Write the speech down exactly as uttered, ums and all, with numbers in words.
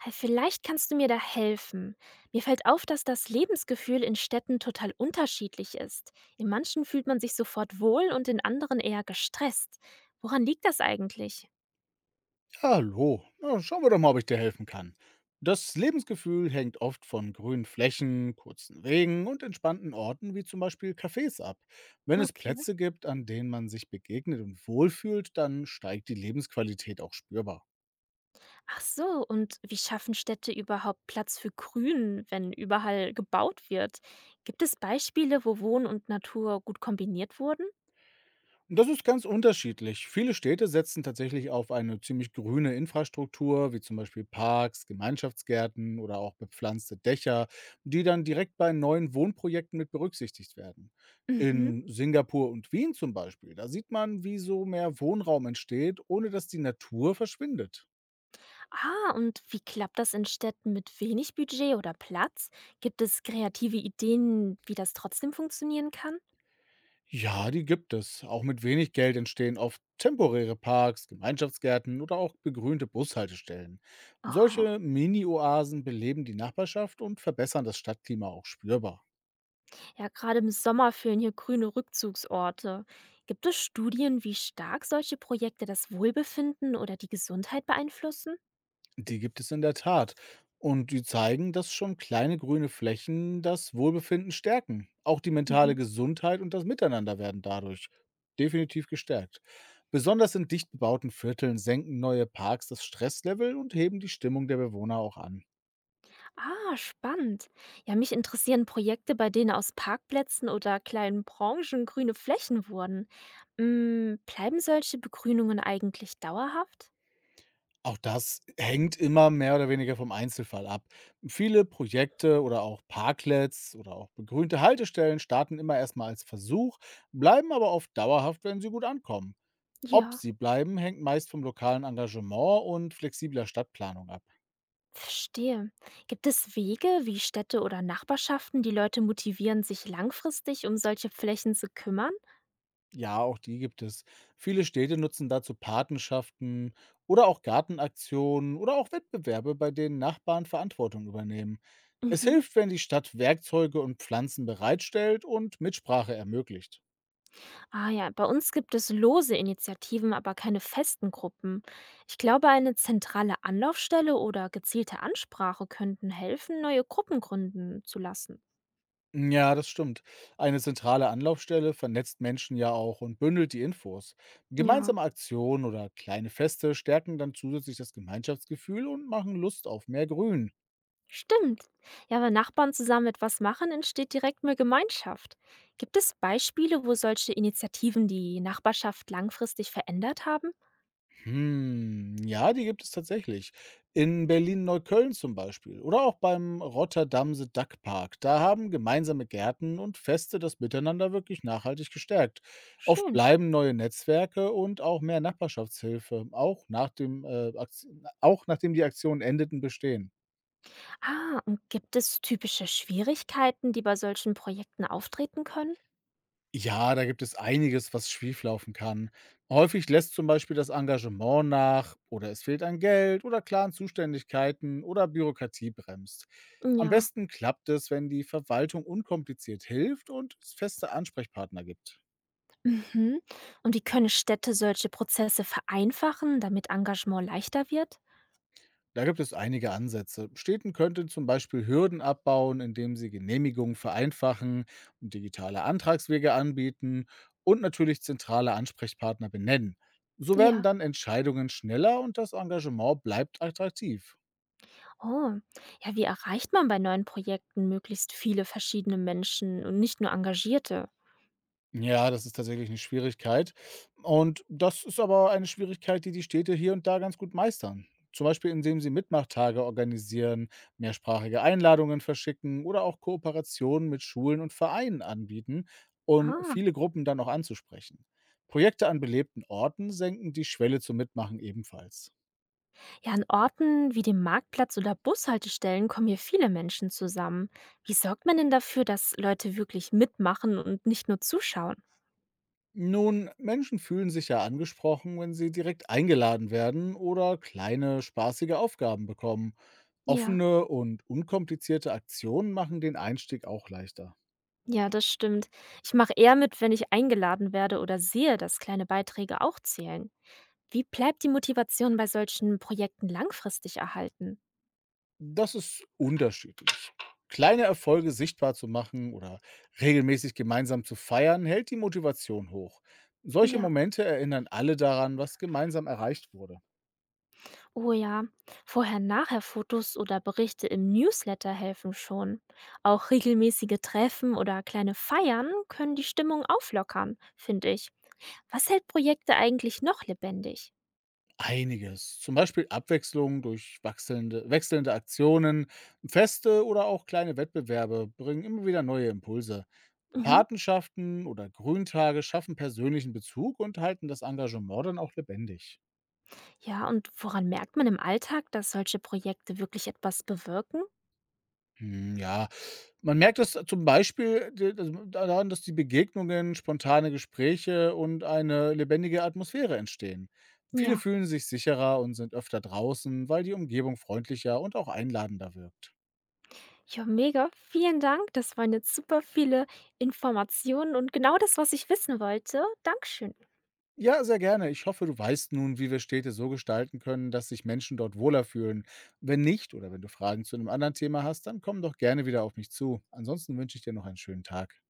Hey, vielleicht kannst du mir da helfen. Mir fällt auf, dass das Lebensgefühl in Städten total unterschiedlich ist. In manchen fühlt man sich sofort wohl und in anderen eher gestresst. Woran liegt das eigentlich? Hallo, na, schauen wir doch mal, ob ich dir helfen kann. Das Lebensgefühl hängt oft von grünen Flächen, kurzen Wegen und entspannten Orten wie zum Beispiel Cafés ab. Wenn es Okay. Plätze gibt, an denen man sich begegnet und wohlfühlt, dann steigt die Lebensqualität auch spürbar. Ach so, und wie schaffen Städte überhaupt Platz für Grün, wenn überall gebaut wird? Gibt es Beispiele, wo Wohn und Natur gut kombiniert wurden? Das ist ganz unterschiedlich. Viele Städte setzen tatsächlich auf eine ziemlich grüne Infrastruktur, wie zum Beispiel Parks, Gemeinschaftsgärten oder auch bepflanzte Dächer, die dann direkt bei neuen Wohnprojekten mit berücksichtigt werden. Mhm. In Singapur und Wien zum Beispiel, da sieht man, wie so mehr Wohnraum entsteht, ohne dass die Natur verschwindet. Ah, und wie klappt das in Städten mit wenig Budget oder Platz? Gibt es kreative Ideen, wie das trotzdem funktionieren kann? Ja, die gibt es. Auch mit wenig Geld entstehen oft temporäre Parks, Gemeinschaftsgärten oder auch begrünte Bushaltestellen. Und Aha. solche Mini-Oasen beleben die Nachbarschaft und verbessern das Stadtklima auch spürbar. Ja, gerade im Sommer fehlen hier grüne Rückzugsorte. Gibt es Studien, wie stark solche Projekte das Wohlbefinden oder die Gesundheit beeinflussen? Die gibt es in der Tat. Und die zeigen, dass schon kleine grüne Flächen das Wohlbefinden stärken. Auch die mentale Mhm. Gesundheit und das Miteinander werden dadurch definitiv gestärkt. Besonders in dicht bebauten Vierteln senken neue Parks das Stresslevel und heben die Stimmung der Bewohner auch an. Ah, spannend. Ja, mich interessieren Projekte, bei denen aus Parkplätzen oder kleinen Branchen grüne Flächen wurden. Mm, bleiben solche Begrünungen eigentlich dauerhaft? Auch das hängt immer mehr oder weniger vom Einzelfall ab. Viele Projekte oder auch Parklets oder auch begrünte Haltestellen starten immer erstmal als Versuch, bleiben aber oft dauerhaft, wenn sie gut ankommen. Ob Ja, sie bleiben, hängt meist vom lokalen Engagement und flexibler Stadtplanung ab. verstehe. Gibt es Wege, wie Städte oder Nachbarschaften die Leute motivieren, sich langfristig um solche Flächen zu kümmern? Ja, auch die gibt es. Viele Städte nutzen dazu Patenschaften oder auch Gartenaktionen oder auch Wettbewerbe, bei denen Nachbarn Verantwortung übernehmen. Es Mhm. hilft, wenn die Stadt Werkzeuge und Pflanzen bereitstellt und Mitsprache ermöglicht. Ah ja, bei uns gibt es lose Initiativen, aber keine festen Gruppen. Ich glaube, eine zentrale Anlaufstelle oder gezielte Ansprache könnten helfen, neue Gruppen gründen zu lassen. Ja, das stimmt. Eine zentrale Anlaufstelle vernetzt Menschen ja auch und bündelt die Infos. Ja, Gemeinsame Aktionen oder kleine Feste stärken dann zusätzlich das Gemeinschaftsgefühl und machen Lust auf mehr Grün. stimmt. Ja, wenn Nachbarn zusammen etwas machen, entsteht direkt mehr Gemeinschaft. Gibt es Beispiele, wo solche Initiativen die Nachbarschaft langfristig verändert haben? Hm, ja, die gibt es tatsächlich. In Berlin-Neukölln zum Beispiel oder auch beim Rotterdamse Duck Park. Da haben gemeinsame Gärten und Feste das Miteinander wirklich nachhaltig gestärkt. Oft Schön. bleiben neue Netzwerke und auch mehr Nachbarschaftshilfe, auch, nach dem, äh, Aktion- auch nachdem die Aktionen endeten, bestehen. Ah, und gibt es typische Schwierigkeiten, die bei solchen Projekten auftreten können? Ja, da gibt es einiges, was schieflaufen kann. Häufig lässt zum Beispiel das Engagement nach oder es fehlt an Geld oder klaren Zuständigkeiten oder Bürokratie bremst. Am Ja. besten klappt es, wenn die Verwaltung unkompliziert hilft und es feste Ansprechpartner gibt. Mhm. Und wie können Städte solche Prozesse vereinfachen, damit Engagement leichter wird? Da gibt es einige Ansätze. Städten könnten zum Beispiel Hürden abbauen, indem sie Genehmigungen vereinfachen und digitale Antragswege anbieten und natürlich zentrale Ansprechpartner benennen. So werden Ja. dann Entscheidungen schneller und das Engagement bleibt attraktiv. Oh. Ja, wie erreicht man bei neuen Projekten möglichst viele verschiedene Menschen und nicht nur Engagierte? Ja, das ist tatsächlich eine Schwierigkeit. Und das ist aber eine Schwierigkeit, die die Städte hier und da ganz gut meistern. Zum Beispiel, indem sie Mitmachtage organisieren, mehrsprachige Einladungen verschicken oder auch Kooperationen mit Schulen und Vereinen anbieten, um Ah. viele Gruppen dann auch anzusprechen. Projekte an belebten Orten senken die Schwelle zum Mitmachen ebenfalls. Ja, an Orten wie dem Marktplatz oder Bushaltestellen kommen hier viele Menschen zusammen. Wie sorgt man denn dafür, dass Leute wirklich mitmachen und nicht nur zuschauen? Nun, Menschen fühlen sich ja angesprochen, wenn sie direkt eingeladen werden oder kleine, spaßige Aufgaben bekommen. Ja. Offene und unkomplizierte Aktionen machen den Einstieg auch leichter. Ja, das stimmt. Ich mache eher mit, wenn ich eingeladen werde oder sehe, dass kleine Beiträge auch zählen. Wie bleibt die Motivation bei solchen Projekten langfristig erhalten? Das ist unterschiedlich. Kleine Erfolge sichtbar zu machen oder regelmäßig gemeinsam zu feiern, hält die Motivation hoch. Solche Ja, Momente erinnern alle daran, was gemeinsam erreicht wurde. oh ja. Vorher-Nachher-Fotos oder Berichte im Newsletter helfen schon. Auch regelmäßige Treffen oder kleine Feiern können die Stimmung auflockern, finde ich. Was hält Projekte eigentlich noch lebendig? Einiges. Zum Beispiel Abwechslung durch wachselnde, wechselnde Aktionen, Feste oder auch kleine Wettbewerbe bringen immer wieder neue Impulse. Mhm. Patenschaften oder Grüntage schaffen persönlichen Bezug und halten das Engagement dann auch lebendig. Ja, und woran merkt man im Alltag, dass solche Projekte wirklich etwas bewirken? Hm, ja, man merkt es zum Beispiel d- das- daran, dass die Begegnungen, spontane Gespräche und eine lebendige Atmosphäre entstehen. Viele Ja, fühlen sich sicherer und sind öfter draußen, weil die Umgebung freundlicher und auch einladender wirkt. ja, mega. Vielen Dank. Das waren jetzt super viele Informationen und genau das, was ich wissen wollte. Dankeschön. Ja, sehr gerne. Ich hoffe, du weißt nun, wie wir Städte so gestalten können, dass sich Menschen dort wohler fühlen. Wenn nicht oder wenn du Fragen zu einem anderen Thema hast, dann komm doch gerne wieder auf mich zu. Ansonsten wünsche ich dir noch einen schönen Tag.